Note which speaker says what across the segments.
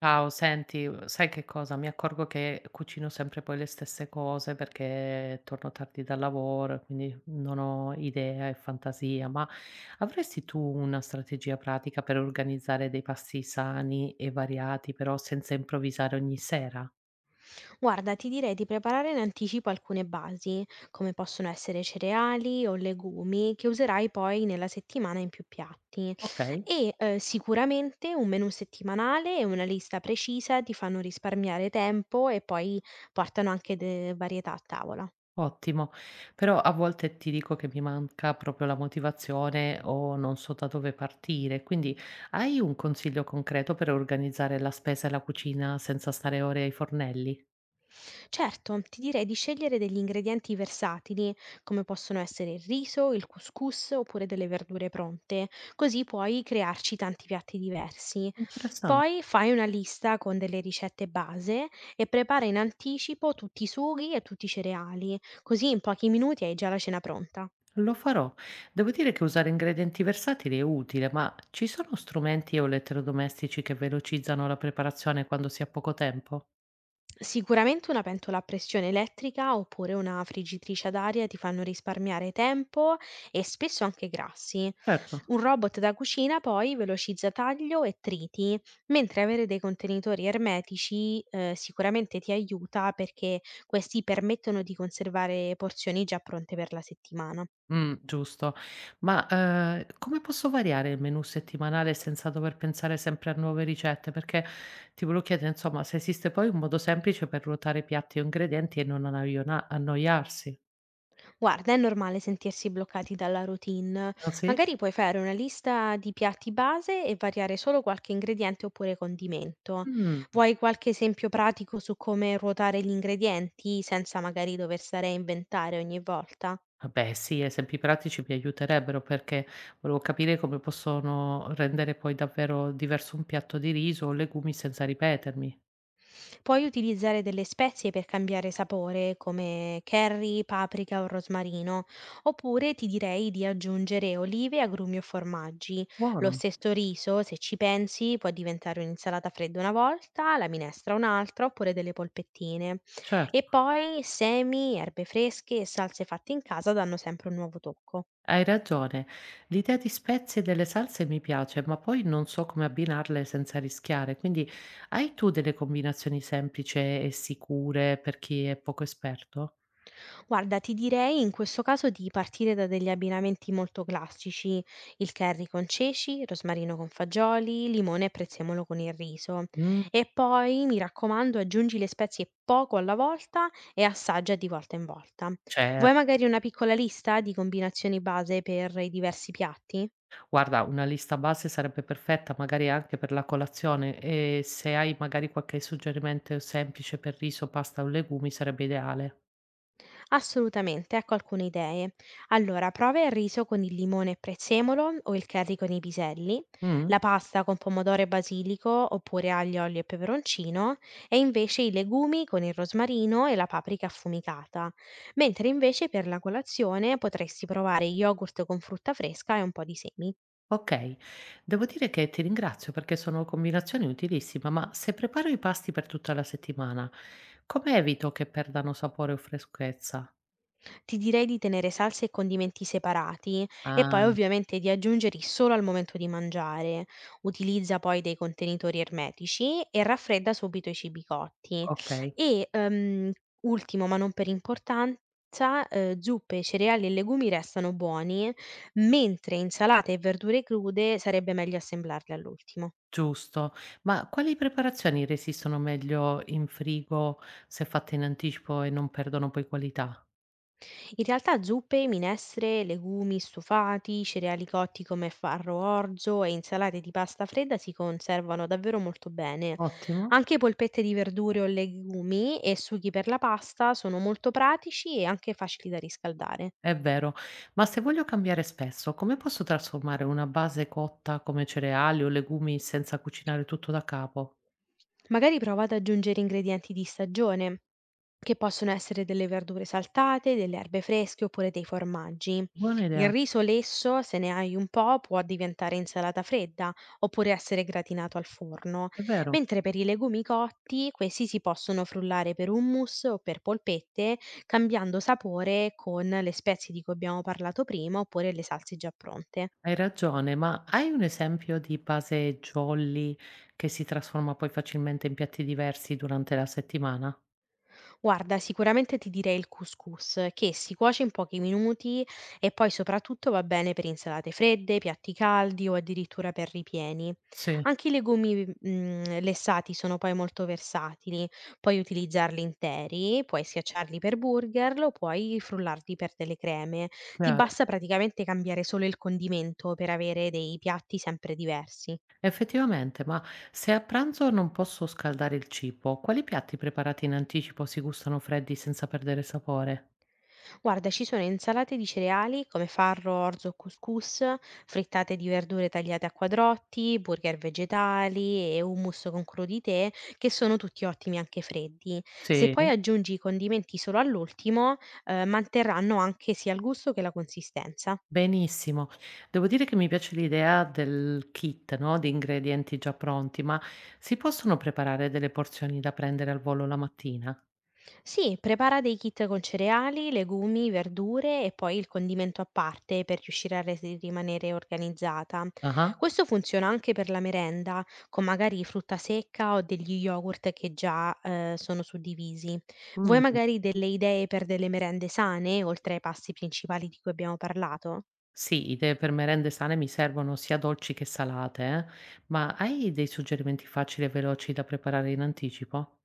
Speaker 1: Ciao, senti, sai che cosa? Mi accorgo che cucino sempre poi le stesse cose perché torno tardi dal lavoro e quindi non ho idea e fantasia, ma avresti tu una strategia pratica per organizzare dei pasti sani e variati, però senza improvvisare ogni sera?
Speaker 2: Guarda, ti direi di preparare in anticipo alcune basi, come possono essere cereali o legumi, che userai poi nella settimana in più piatti.
Speaker 1: Okay.
Speaker 2: Sicuramente un menù settimanale e una lista precisa ti fanno risparmiare tempo e poi portano anche varietà a tavola.
Speaker 1: Ottimo, però a volte ti dico che mi manca proprio la motivazione o non so da dove partire, quindi hai un consiglio concreto per organizzare la spesa e la cucina senza stare ore ai fornelli?
Speaker 2: Certo, ti direi di scegliere degli ingredienti versatili, come possono essere il riso, il couscous oppure delle verdure pronte, così puoi crearci tanti piatti diversi.
Speaker 1: Interessante,
Speaker 2: Poi fai una lista con delle ricette base e prepara in anticipo tutti i sughi e tutti i cereali, così in pochi minuti hai già la cena pronta.
Speaker 1: lo farò. Devo dire che usare ingredienti versatili è utile, ma ci sono strumenti o elettrodomestici che velocizzano la preparazione quando si ha poco tempo?
Speaker 2: Sicuramente una pentola a pressione elettrica oppure una friggitrice ad aria ti fanno risparmiare tempo e spesso anche grassi.
Speaker 1: Certo.
Speaker 2: Un robot da cucina poi velocizza taglio e triti, mentre avere dei contenitori ermetici sicuramente ti aiuta perché questi permettono di conservare porzioni già pronte per la settimana.
Speaker 1: Mm, giusto. Ma come posso variare il menù settimanale senza dover pensare sempre a nuove ricette? Perché ti volevo chiedere, insomma, se esiste poi un modo semplice per ruotare piatti o ingredienti e non annoiarsi.
Speaker 2: Guarda, è normale sentirsi bloccati dalla routine.
Speaker 1: Ah, sì?
Speaker 2: Magari puoi fare una lista di piatti base e variare solo qualche ingrediente oppure condimento.
Speaker 1: Mm.
Speaker 2: Vuoi qualche esempio pratico su come ruotare gli ingredienti senza magari dover stare a inventare ogni volta?
Speaker 1: Ah beh sì, esempi pratici mi aiuterebbero perché volevo capire come possono rendere poi davvero diverso un piatto di riso o legumi senza ripetermi.
Speaker 2: Puoi utilizzare delle spezie per cambiare sapore, come curry, paprika o rosmarino, oppure ti direi di aggiungere olive, agrumi o formaggi. Lo
Speaker 1: Buono,
Speaker 2: stesso riso, se ci pensi, può diventare un'insalata fredda una volta, la minestra un'altra, oppure delle polpettine. E
Speaker 1: certo.
Speaker 2: poi semi, erbe fresche e salse fatte in casa danno sempre un nuovo tocco.
Speaker 1: Hai ragione, l'idea di spezie e delle salse mi piace, ma poi non so come abbinarle senza rischiare, quindi hai tu delle combinazioni semplici e sicure per chi è poco esperto?
Speaker 2: Guarda, ti direi in questo caso di partire da degli abbinamenti molto classici, il curry con ceci, rosmarino con fagioli, limone e prezzemolo con il riso.
Speaker 1: Mm,
Speaker 2: E poi, mi raccomando, aggiungi le spezie poco alla volta e assaggia di volta in volta. Vuoi
Speaker 1: certo.
Speaker 2: magari una piccola lista di combinazioni base per i diversi piatti?
Speaker 1: Guarda, una lista base sarebbe perfetta, magari anche per la colazione e se hai magari qualche suggerimento semplice per riso, pasta o legumi sarebbe ideale.
Speaker 2: Assolutamente, ecco alcune idee. Allora, prova il riso con il limone e prezzemolo o il curry con i piselli,
Speaker 1: Mm?
Speaker 2: la pasta con pomodoro e basilico oppure aglio, olio e peperoncino e invece i legumi con il rosmarino e la paprika affumicata. Mentre invece per la colazione potresti provare yogurt con frutta fresca e un po' di semi.
Speaker 1: Ok, devo dire che ti ringrazio perché sono combinazioni utilissime, ma se preparo i pasti per tutta la settimana, come evito che perdano sapore o freschezza?
Speaker 2: Ti direi di tenere salse e condimenti separati e poi
Speaker 1: Ah,
Speaker 2: ovviamente di aggiungerli solo al momento di mangiare. Utilizza poi dei contenitori ermetici e raffredda subito i cibi cotti.
Speaker 1: ok,
Speaker 2: E ehm, Ultimo, ma non per importanza, zuppe, cereali e legumi restano buoni, mentre insalate e verdure crude sarebbe meglio assemblarle all'ultimo.
Speaker 1: giusto. Ma quali preparazioni resistono meglio in frigo se fatte in anticipo e non perdono poi qualità?
Speaker 2: In realtà zuppe, minestre, legumi stufati, cereali cotti come farro orzo e insalate di pasta fredda si conservano davvero molto bene.
Speaker 1: Ottimo.
Speaker 2: Anche polpette di verdure o legumi e sughi per la pasta sono molto pratici e anche facili da riscaldare.
Speaker 1: È vero, ma se voglio cambiare spesso, come posso trasformare una base cotta come cereali o legumi senza cucinare tutto da capo?
Speaker 2: Magari prova ad aggiungere ingredienti di stagione, che possono essere delle verdure saltate, delle erbe fresche oppure dei formaggi.
Speaker 1: Buona
Speaker 2: Il
Speaker 1: idea,
Speaker 2: riso lesso, se ne hai un po', può diventare insalata fredda oppure essere gratinato al forno,
Speaker 1: è vero,
Speaker 2: mentre per i legumi cotti questi si possono frullare per hummus o per polpette, cambiando sapore con le spezie di cui abbiamo parlato prima oppure le salse già pronte.
Speaker 1: hai ragione, ma hai un esempio di base jolly che si trasforma poi facilmente in piatti diversi durante la settimana?
Speaker 2: Guarda, sicuramente ti direi il couscous, che si cuoce in pochi minuti e poi soprattutto va bene per insalate fredde, piatti caldi o addirittura per ripieni.
Speaker 1: Sì,
Speaker 2: Anche i legumi, lessati sono poi molto versatili, puoi utilizzarli interi, puoi schiacciarli per burger o puoi frullarli per delle creme. Ti
Speaker 1: chiaro.
Speaker 2: basta praticamente cambiare solo il condimento per avere dei piatti sempre diversi.
Speaker 1: Effettivamente, ma se a pranzo non posso scaldare il cibo, quali piatti preparati in anticipo si gustano freddi senza perdere sapore?
Speaker 2: Guarda, ci sono insalate di cereali come farro, orzo o couscous, frittate di verdure tagliate a quadrotti, burger vegetali e hummus con crudi tè, che sono tutti ottimi anche freddi. Se
Speaker 1: Sì.
Speaker 2: poi aggiungi i condimenti solo all'ultimo, manterranno anche sia il gusto che la consistenza.
Speaker 1: Benissimo. Devo dire che mi piace l'idea del kit, no, di ingredienti già pronti, ma si possono preparare delle porzioni da prendere al volo la mattina?
Speaker 2: Sì, prepara dei kit con cereali, legumi, verdure e poi il condimento a parte per riuscire a rimanere organizzata.
Speaker 1: Ah-ah.
Speaker 2: Questo funziona anche per la merenda, con magari frutta secca o degli yogurt che già sono suddivisi. Vuoi
Speaker 1: Mh.
Speaker 2: magari delle idee per delle merende sane, oltre ai pasti principali di cui abbiamo parlato?
Speaker 1: Sì, idee per merende sane mi servono sia dolci che salate, eh. Ma hai dei suggerimenti facili e veloci da preparare in anticipo?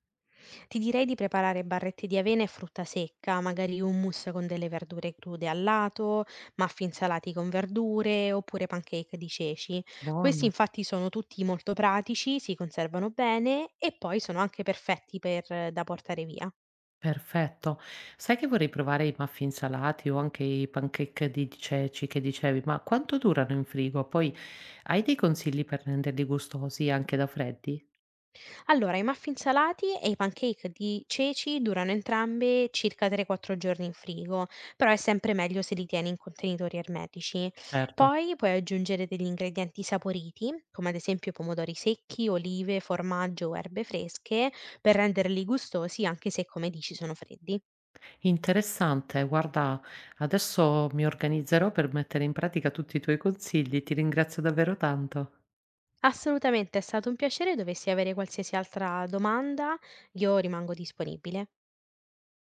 Speaker 2: Ti direi di preparare barrette di avena e frutta secca, magari hummus con delle verdure crude al lato, muffin salati con verdure oppure pancake di ceci. Questi
Speaker 1: Buono.
Speaker 2: infatti sono tutti molto pratici, si conservano bene e poi sono anche perfetti per, da portare via.
Speaker 1: Perfetto. Sai che vorrei provare i muffin salati o anche i pancake di ceci che dicevi, ma quanto durano in frigo? Poi hai dei consigli per renderli gustosi anche da freddi?
Speaker 2: Allora, i muffin salati e i pancake di ceci durano entrambi circa 3-4 giorni in frigo, però è sempre meglio se li tieni in contenitori ermetici.
Speaker 1: Certo.
Speaker 2: Poi puoi aggiungere degli ingredienti saporiti, come ad esempio pomodori secchi, olive, formaggio o erbe fresche, per renderli gustosi anche se, come dici, sono freddi.
Speaker 1: Interessante, guarda, adesso mi organizzerò per mettere in pratica tutti i tuoi consigli, ti ringrazio davvero tanto.
Speaker 2: Assolutamente, è stato un piacere. Dovessi avere qualsiasi altra domanda, io rimango disponibile.